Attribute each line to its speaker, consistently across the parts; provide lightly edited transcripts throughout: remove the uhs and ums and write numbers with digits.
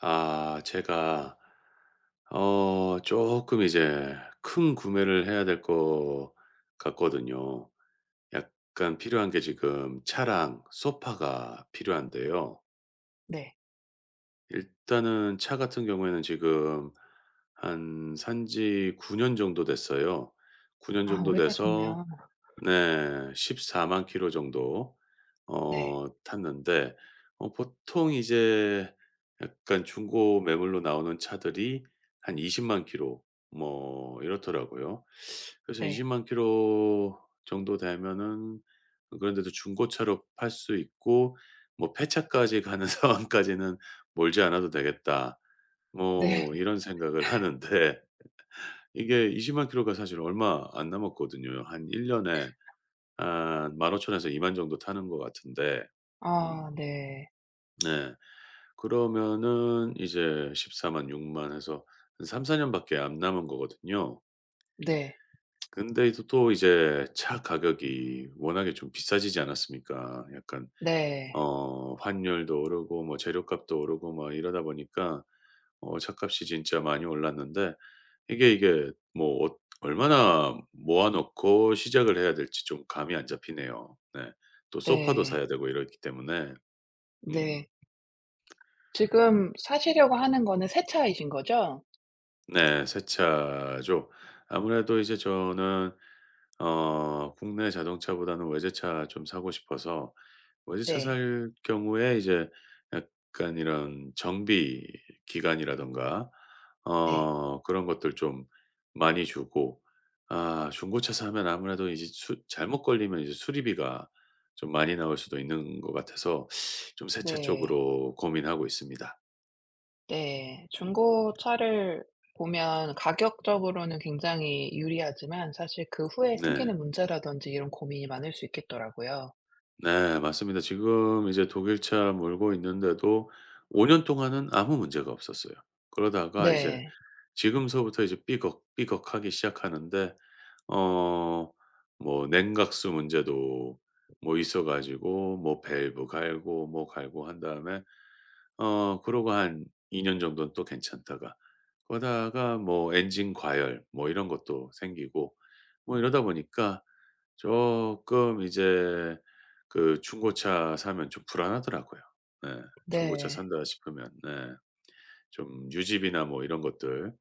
Speaker 1: 아 제가 어 조금 이제 큰 구매를 해야 될 것 같거든요. 약간 필요한 게 지금 차랑 소파가 필요한데요.
Speaker 2: 네.
Speaker 1: 일단은 차 같은 경우에는 지금 한 산지 9년 정도 됐어요. 9년
Speaker 2: 아,
Speaker 1: 정도
Speaker 2: 오래
Speaker 1: 돼서
Speaker 2: 타셨네요.
Speaker 1: 네. 14만 킬로 정도
Speaker 2: 네.
Speaker 1: 어 탔는데 어 보통 이제 약간 중고 매물로 나오는 차들이 한 20만 킬로 뭐 이렇더라고요. 그래서 2
Speaker 2: 네.
Speaker 1: 0만 킬로 정도 되면은 그런데도 중고차로 팔 수 있고 뭐 '폐차까지 가는 상황까지는 몰지 않아도 되겠다.'
Speaker 2: 네.
Speaker 1: 뭐 이런 생각을 하는데 이게 20만 킬로가 사실 얼마 안 남았거든요. 한 1 년에 한만5천 에서 2만 정도 타는 것 같은데 음
Speaker 2: 아, 네.
Speaker 1: 네. 그러면은 이제 1 4만육만6 해서 한 3-4 년밖에 안 남은 거거든요.
Speaker 2: 네.
Speaker 1: 근데 이제 또 이제 차 가격이 워낙에 좀 비싸지지 않았습니까? 약간
Speaker 2: 네.
Speaker 1: 어 환율도 오르고 뭐 재료값도 오르고 막 이러다 보니까 어 차값이 진짜 많이 올랐는데 이게 뭐 어 얼마나 모아 놓고 시작을 해야 될지 좀 감이 안 잡히네요. 네. 또 소파도
Speaker 2: 네.
Speaker 1: 사야 되고 이렇기 때문에 음
Speaker 2: 네. 지금 사시려고 하는 거는 새 차이신 거죠?
Speaker 1: 네 세차죠. 아무래도 이제 저는 어 국내 자동차보다는 외제차 좀 사고 싶어서 외제차
Speaker 2: 네.
Speaker 1: 살 경우에 이제 약간 이런 정비 기간이라든가
Speaker 2: 네.
Speaker 1: 어 그런 것들 좀 많이 주고 아 중고차 사면 아무래도 이제 수 잘못 걸리면 이제 수리비가 좀 많이 나올 수도 있는 것 같아서 좀 새 차
Speaker 2: 네.
Speaker 1: 쪽으로 고민하고 있습니다.
Speaker 2: 네. 중고차를 보면 가격적으로는 굉장히 유리하지만, 사실 그 후에
Speaker 1: 네.
Speaker 2: 생기는 문제라든지 이런 고민이 많을 수 있겠더라고요.
Speaker 1: 네 맞습니다. 지금 이제 독일차 몰고 있는데도 5년 동안은 아무 문제가 없었어요. 그러다가 이제
Speaker 2: 네.
Speaker 1: 지금서부터 이제 삐걱삐걱하기 시작하는데 어 뭐 냉각수 문제도 뭐 있어 가지고 뭐 밸브 갈고 뭐 갈고 한 다음에 어 그러고 한 2년 정도는 또 괜찮다가 그러다가 뭐 엔진 과열 뭐 이런 것도 생기고 뭐 이러다 보니까 쪼끔 이제 그 중고차 사면 좀 불안하더라고요. 네. 중고차
Speaker 2: 네.
Speaker 1: 산다 싶으면 네. 좀 유지비나 뭐 이런 것들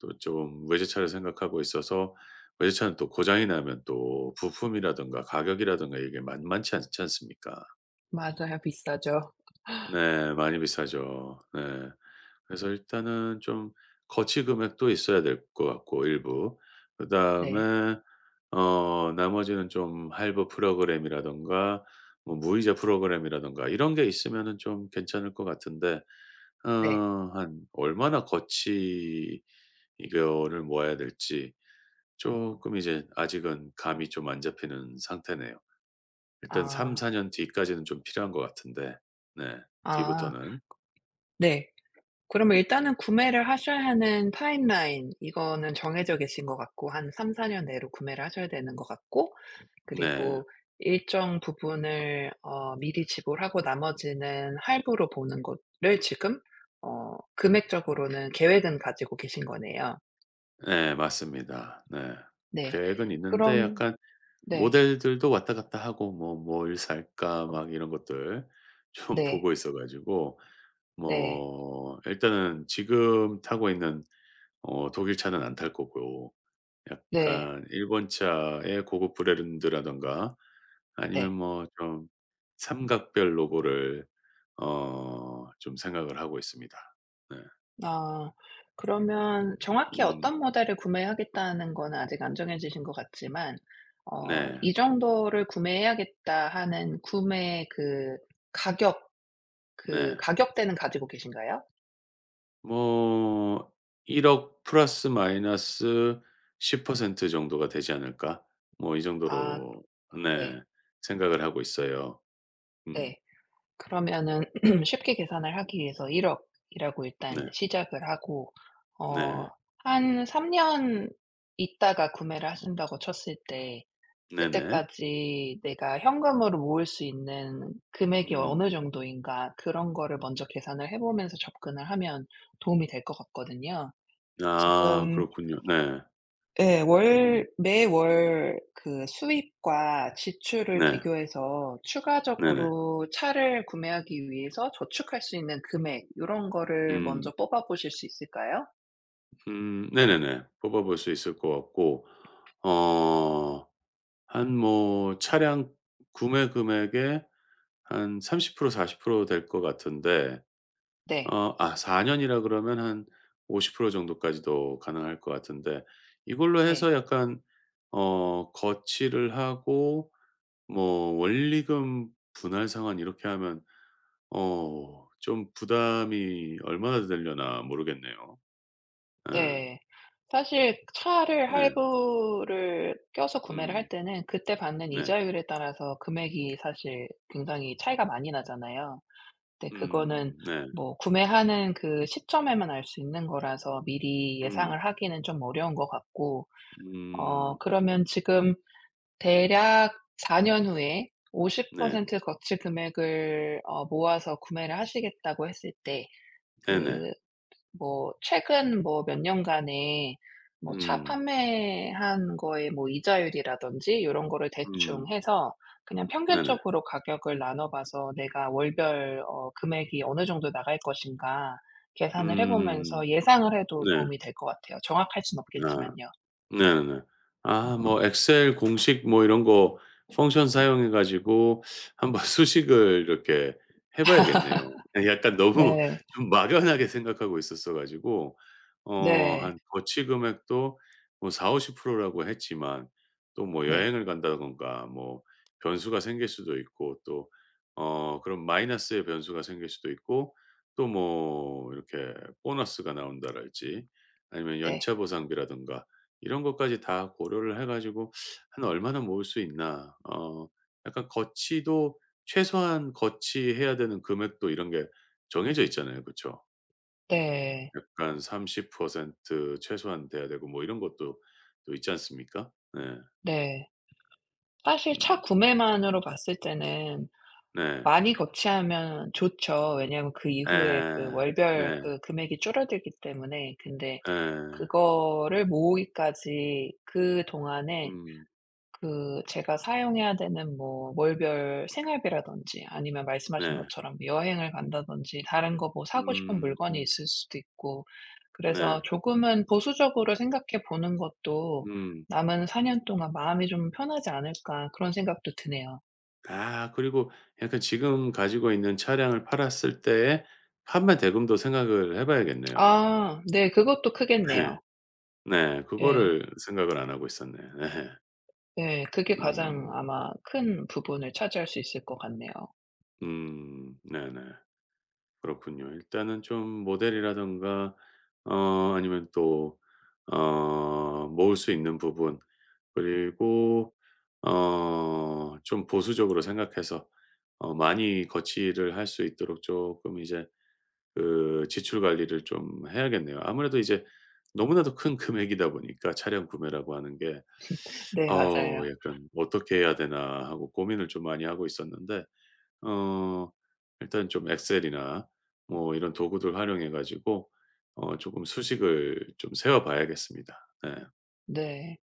Speaker 1: 또 좀 외제차를 생각하고 있어서 외제차는 또 고장이 나면 또 부품이라든가 가격이라든가 이게 만만치 않지 않습니까?
Speaker 2: 맞아요. 비싸죠.
Speaker 1: 네. 많이 비싸죠. 네. 그래서 일단은 좀 거치 금액도 있어야 될 것 같고 일부.
Speaker 2: 네.
Speaker 1: 그다음에 어 나머지는 좀 할부 프로그램이라든가 뭐 무이자 프로그램이라든가 이런 게 있으면은 좀 괜찮을 것 같은데
Speaker 2: 네.
Speaker 1: 어 한 얼마나 거치 이거를 모아야 될지 쪼끔 이제 아직은 감이 좀 안 잡히는 상태네요. 일단
Speaker 2: 아.
Speaker 1: 3-4년 뒤까지는 좀 필요한 것 같은데 네
Speaker 2: 아.
Speaker 1: 뒤부터는.
Speaker 2: 네. 그러면 일단은 구매를 하셔야 하는 타임라인, 이거는 정해져 계신 것 같고, 한 3-4년 내로 구매를 하셔야 되는 것 같고,
Speaker 1: 네.
Speaker 2: 그리고 일정 부분을 미리 지불하고, 나머지는 할부로 보는 거를 지금 금액적으로는 계획은 가지고 계신 거네요.
Speaker 1: 네 맞습니다. 네.
Speaker 2: 네.
Speaker 1: 계획은 있는데
Speaker 2: 그럼.
Speaker 1: 약간
Speaker 2: 네.
Speaker 1: 모델들도 왔다 갔다 하고 뭐 '뭘 살까?' 막 이런 것들 좀
Speaker 2: 네.
Speaker 1: 보고 있어 가지고
Speaker 2: 네.
Speaker 1: 뭐 일단은 지금 타고 있는 어 독일 차는 안 탈 거고
Speaker 2: 네.
Speaker 1: 약간 일본 차의 고급 브랜드라든가 아니면
Speaker 2: 네.
Speaker 1: 뭐 좀 삼각별 로고를 어 좀 생각을 하고 있습니다. 네.
Speaker 2: 아. 그러면 정확히
Speaker 1: 음
Speaker 2: 어떤 모델을 구매하겠다는 건 아직 안 정해지신 것 같지만,
Speaker 1: 네.
Speaker 2: '이 정도를 구매해야겠다.' 하는 구매, 그 가격, 그
Speaker 1: 네.
Speaker 2: 가격대는 가지고 계신가요?
Speaker 1: 뭐1억 플러스 마이너스 10% 정도가 되지 않을까? 뭐 이
Speaker 2: 아,
Speaker 1: 정도로
Speaker 2: 네.
Speaker 1: 네 생각을 하고 있어요. 음
Speaker 2: 네. 그러면은 쉽게 계산을 하기 위해서 1 억이라고 일단
Speaker 1: 네.
Speaker 2: 시작을 하고, 어
Speaker 1: 네.
Speaker 2: 한 3년 있다가 구매를 하신다고 쳤을 때,
Speaker 1: 네네.
Speaker 2: 그때까지 내가 현금으로 모을 수 있는 금액이 어느
Speaker 1: 음.
Speaker 2: 정도인가, 그런 거를 먼저 계산을 해 보면서 접근을 하면 도움이 될 것 같거든요.
Speaker 1: 아
Speaker 2: 지금,
Speaker 1: 그렇군요. 네.
Speaker 2: 예,
Speaker 1: 음
Speaker 2: 월 매월 그 수입과 지출을
Speaker 1: 네.
Speaker 2: 비교해서
Speaker 1: 네네.
Speaker 2: 추가적으로 차를 구매하기 위해서 저축할 수 있는 금액, 요런 거를
Speaker 1: 음.
Speaker 2: 먼저 뽑아 보실 수 있을까요?
Speaker 1: 네네네. 뽑아 볼 수 있을 것 같고 어 한 뭐 차량 구매 금액의 한 30% 40%될 것 같은데
Speaker 2: 네.
Speaker 1: 어 아 4 년이라 그러면 한 50% 정도까지도 가능할 것 같은데 이걸로
Speaker 2: 네.
Speaker 1: 해서 약간 어 거치를 하고 뭐 원리금 분할 상환 이렇게 하면 어 좀 부담이 얼마나 되려나 모르겠네요. 예.
Speaker 2: 네. 사실 차를
Speaker 1: 네.
Speaker 2: 할부를 껴서 구매를 할
Speaker 1: 음.
Speaker 2: 때는 그때 받는
Speaker 1: 네.
Speaker 2: 이자율에 따라서 금액이 사실 굉장히 차이가 많이 나잖아요. 근데 그거는
Speaker 1: 음. 네.
Speaker 2: 뭐 구매하는 그 시점에만 알 수 있는 거라서 미리
Speaker 1: 음.
Speaker 2: 예상을 하기는 좀 어려운 것 같고,
Speaker 1: 음.
Speaker 2: 그러면 지금 대략 4년 후에
Speaker 1: 네.
Speaker 2: 50% 거치 금액을 모아서 구매를 하시겠다고 했을 때
Speaker 1: 네네.
Speaker 2: 그 뭐 최근 뭐 몇 년간에 뭐 차
Speaker 1: 음.
Speaker 2: 판매한 거에 뭐 이자율이라든지 요런 거를 대충
Speaker 1: 음.
Speaker 2: 해서 그냥
Speaker 1: 네네.
Speaker 2: 평균적으로 가격을 나눠 봐서 내가 월별 금액이 어느 정도 나갈 것인가 계산을 해
Speaker 1: 음.
Speaker 2: 보면서 예상을 해도
Speaker 1: 네.
Speaker 2: 도움이 될 것 같아요. 정확할 순
Speaker 1: 아.
Speaker 2: 없겠지만요.
Speaker 1: 네네네. 아 뭐 엑셀 공식 뭐 이런 거 펑션 사용해 가지고 한번 수식을 이렇게 해 봐야겠네요. 예 약간 너무
Speaker 2: 네.
Speaker 1: 좀 막연하게 생각하고 있었어 가지고 어
Speaker 2: 네.
Speaker 1: 한 거치 금액도 뭐4십5 0 라고 했지만 또 뭐
Speaker 2: 네.
Speaker 1: 여행을 간다든가 뭐 변수가 생길 수도 있고 또 어 그런 마이너스의 변수가 생길 수도 있고 또 뭐 이렇게 보너스가 나온다랄지 아니면
Speaker 2: 네.
Speaker 1: 연차 보상비라든가 이런 것까지 다 고려를 해 가지고 '한 얼마나 모을 수 있나.' 어 약간 거치도 최소한 거치해야 되는 금액도 이런 게 정해져 있잖아요. 그쵸?
Speaker 2: 네.
Speaker 1: 약간 30% 최소한 돼야 되고 뭐 이런 것도 또 있지 않습니까? 네.
Speaker 2: 네. 사실 차
Speaker 1: 음.
Speaker 2: 구매만으로 봤을 때는
Speaker 1: 네.
Speaker 2: 많이 거치하면 좋죠. 왜냐하면 그 이후에 그
Speaker 1: 에
Speaker 2: 월별
Speaker 1: 네.
Speaker 2: 그 금액이 줄어들기 때문에. 근데
Speaker 1: 에
Speaker 2: 그거를 모으기까지 그동안에
Speaker 1: 음.
Speaker 2: 그 제가 사용해야 되는 뭐 월별 생활비라든지, 아니면 말씀하신
Speaker 1: 네.
Speaker 2: 것처럼 여행을 간다든지, 다른 거 뭐 사고 싶은
Speaker 1: 음
Speaker 2: 물건이
Speaker 1: 음.
Speaker 2: 있을 수도 있고, 그래서
Speaker 1: 네.
Speaker 2: 조금은 보수적으로 생각해 보는 것도
Speaker 1: 음.
Speaker 2: '남은 4년 동안 마음이 좀 편하지 않을까.' 그런 생각도 드네요.
Speaker 1: 아 그리고 약간 지금 가지고 있는 차량을 팔았을 때의 판매 대금도 생각을 해 봐야겠네요.
Speaker 2: 아, 네, 그것도
Speaker 1: 네.
Speaker 2: 크겠네요.
Speaker 1: 네.
Speaker 2: 예.
Speaker 1: 그거를 생각을 안 하고 있었네. 네.
Speaker 2: 예. 그게 가장
Speaker 1: 음.
Speaker 2: 아마 큰 부분을 차지할 수 있을 것 같네요.
Speaker 1: 음. 네네. 그렇군요. 일단은 좀 모델이라든가 어 아니면 또 어 모을 수 있는 부분 그리고 어 좀 보수적으로 생각해서 어 많이 거치를 할 수 있도록 쪼끔 이제 그 지출 관리를 좀 해야겠네요. 아무래도 이제 너무나도 큰 금액이다 보니까 차량 구매라고 하는 게
Speaker 2: 네,
Speaker 1: 어
Speaker 2: 맞아요.
Speaker 1: 우 약간 '어떻게 해야 되나.' 하고 고민을 좀 많이 하고 있었는데 어 일단 좀 엑셀이나 뭐 이런 도구들 활용해 가지고 어 조금 수식을 좀 세워 봐야겠습니다. 네.
Speaker 2: 네.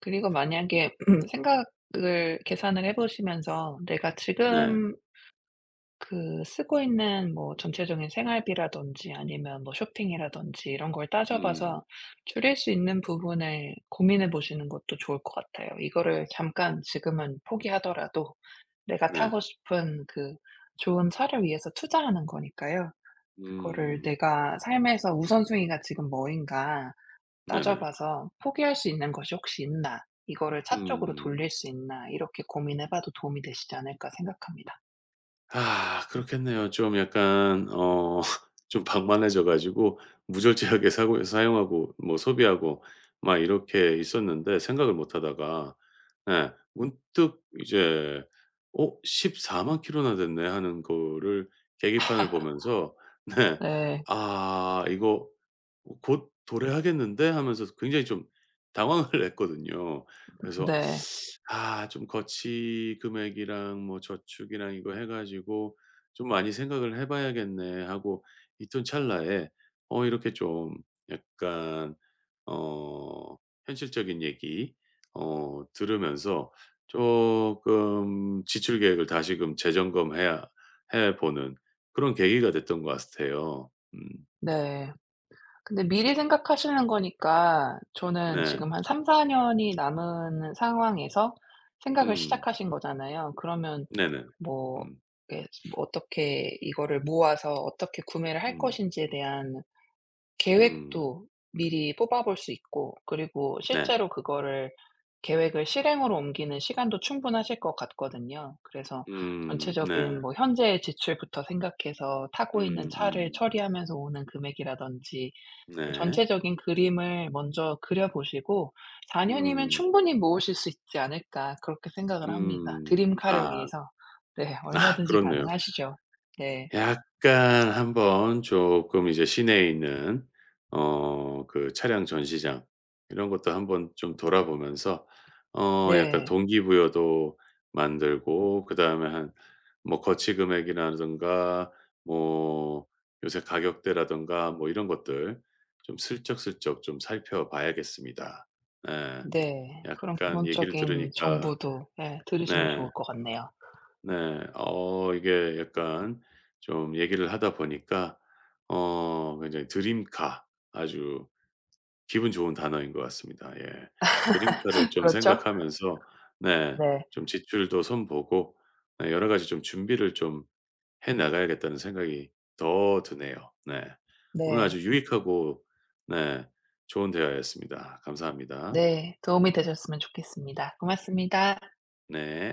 Speaker 2: 그리고 만약에 생각을, 계산을 해 보시면서 '내가
Speaker 1: 네.
Speaker 2: 지금 그 쓰고 있는 뭐 전체적인 생활비라든지, 아니면 뭐 쇼핑이라든지 이런 걸
Speaker 1: 음.
Speaker 2: 따져봐서 줄일 수 있는 부분을 고민해 보시는 것도 좋을 것 같아요. 이거를 잠깐 지금은 포기하더라도 내가
Speaker 1: 네.
Speaker 2: 타고 싶은 그 좋은 차를 위해서 투자하는 거니까요. 그거를
Speaker 1: 음.
Speaker 2: 내가 삶에서 '우선순위가 지금 뭐인가.'
Speaker 1: 네네.
Speaker 2: 따져봐서 '포기할 수 있는 것이 혹시 있나? 이거를 차 쪽으로
Speaker 1: 음.
Speaker 2: 돌릴 수 있나?' 이렇게 고민해 봐도 도움이 되시지 않을까 생각합니다.
Speaker 1: 아 그렇겠네요. 좀 약간 어 좀 방만해져 가지고 무절제하게 사고 사용하고 뭐 소비하고 막 이렇게 있었는데 생각을 못 하다가 예. 문득 이제 '어 14만 킬로나 됐네.' 하는 거를 계기판을 보면서 네.
Speaker 2: 네.
Speaker 1: '아 이거 어 곧 도래하겠는데?' 하면서 굉장히 좀 당황을 했거든요. 그래서
Speaker 2: 네.
Speaker 1: '아 좀 거치 금액이랑 뭐 저축이랑 이거 해 가지고 좀 많이 생각을 해 봐야겠네.' 하고 있던 찰나에 어 이렇게 좀 약간 어 현실적인 얘기 어 들으면서 조금 지출 계획을 다시금 재점검해야 해 보는 그런 계기가 됐던 것 같아요.
Speaker 2: 네. 근데 미리 생각하시는 거니까, 저는
Speaker 1: 네.
Speaker 2: 지금 한 3-4 년이 남은 상황에서 생각을
Speaker 1: 음
Speaker 2: 시작하신 거잖아요. 그러면
Speaker 1: 네네.
Speaker 2: 뭐
Speaker 1: 음
Speaker 2: 이게 뭐 어떻게 이거를 모아서 어떻게 구매를 할
Speaker 1: 음
Speaker 2: 것인지에 대한
Speaker 1: 음
Speaker 2: 계획도 미리 뽑아 볼 수 있고, 그리고
Speaker 1: 네.
Speaker 2: 실제로 그거를 계획을 실행으로 옮기는 시간도 충분하실 것 같거든요. 그래서
Speaker 1: 네.
Speaker 2: 전체적인 뭐 현재의 지출부터 생각해서
Speaker 1: 음
Speaker 2: 타고 있는 차를
Speaker 1: 음
Speaker 2: 처리하면서 오는 금액이라든지
Speaker 1: 네.
Speaker 2: 전체적인 그림을 먼저 그려 보시고 4 년이면
Speaker 1: 음
Speaker 2: 충분히 모으실 수 있지 않을까 그렇게 생각을 합니다.
Speaker 1: 음.
Speaker 2: 드림카를
Speaker 1: 아
Speaker 2: 위해서. 네.
Speaker 1: 아
Speaker 2: 얼마든지
Speaker 1: 그렇네요.
Speaker 2: 가능하시죠. 네.
Speaker 1: 약간 한번 조금 이제 시내에 있는 어 그 차량 전시장 이런 것도 한번 좀 돌아보면서 어 약간
Speaker 2: 네.
Speaker 1: 동기부여도 만들고 그다음에 한 뭐 거치 금액이라든가 뭐 요새 가격대라든가 뭐 이런 것들 좀 슬쩍슬쩍 좀 살펴봐야겠습니다. 네.
Speaker 2: 네. 그런
Speaker 1: 약간 얘기를
Speaker 2: 기본적인
Speaker 1: 들으니까
Speaker 2: 정보도 예 들으시면
Speaker 1: 네.
Speaker 2: 좋을 것 같네요.
Speaker 1: 네. 어 이게 약간 좀 얘기를 하다 보니까 어 굉장히 드림카 아주 기분 좋은 단어인 것 같습니다. 예. 드림카를 좀
Speaker 2: 그렇죠?
Speaker 1: 생각하면서 네
Speaker 2: 네.
Speaker 1: 좀 지출도 손보고 네 여러 가지 좀 준비를 좀 해 나가야겠다는 생각이 더 드네요. 네. 오늘
Speaker 2: 네.
Speaker 1: 아주 유익하고 네 좋은 대화였습니다. 감사합니다.
Speaker 2: 네. 도움이 되셨으면 좋겠습니다. 고맙습니다.
Speaker 1: 네.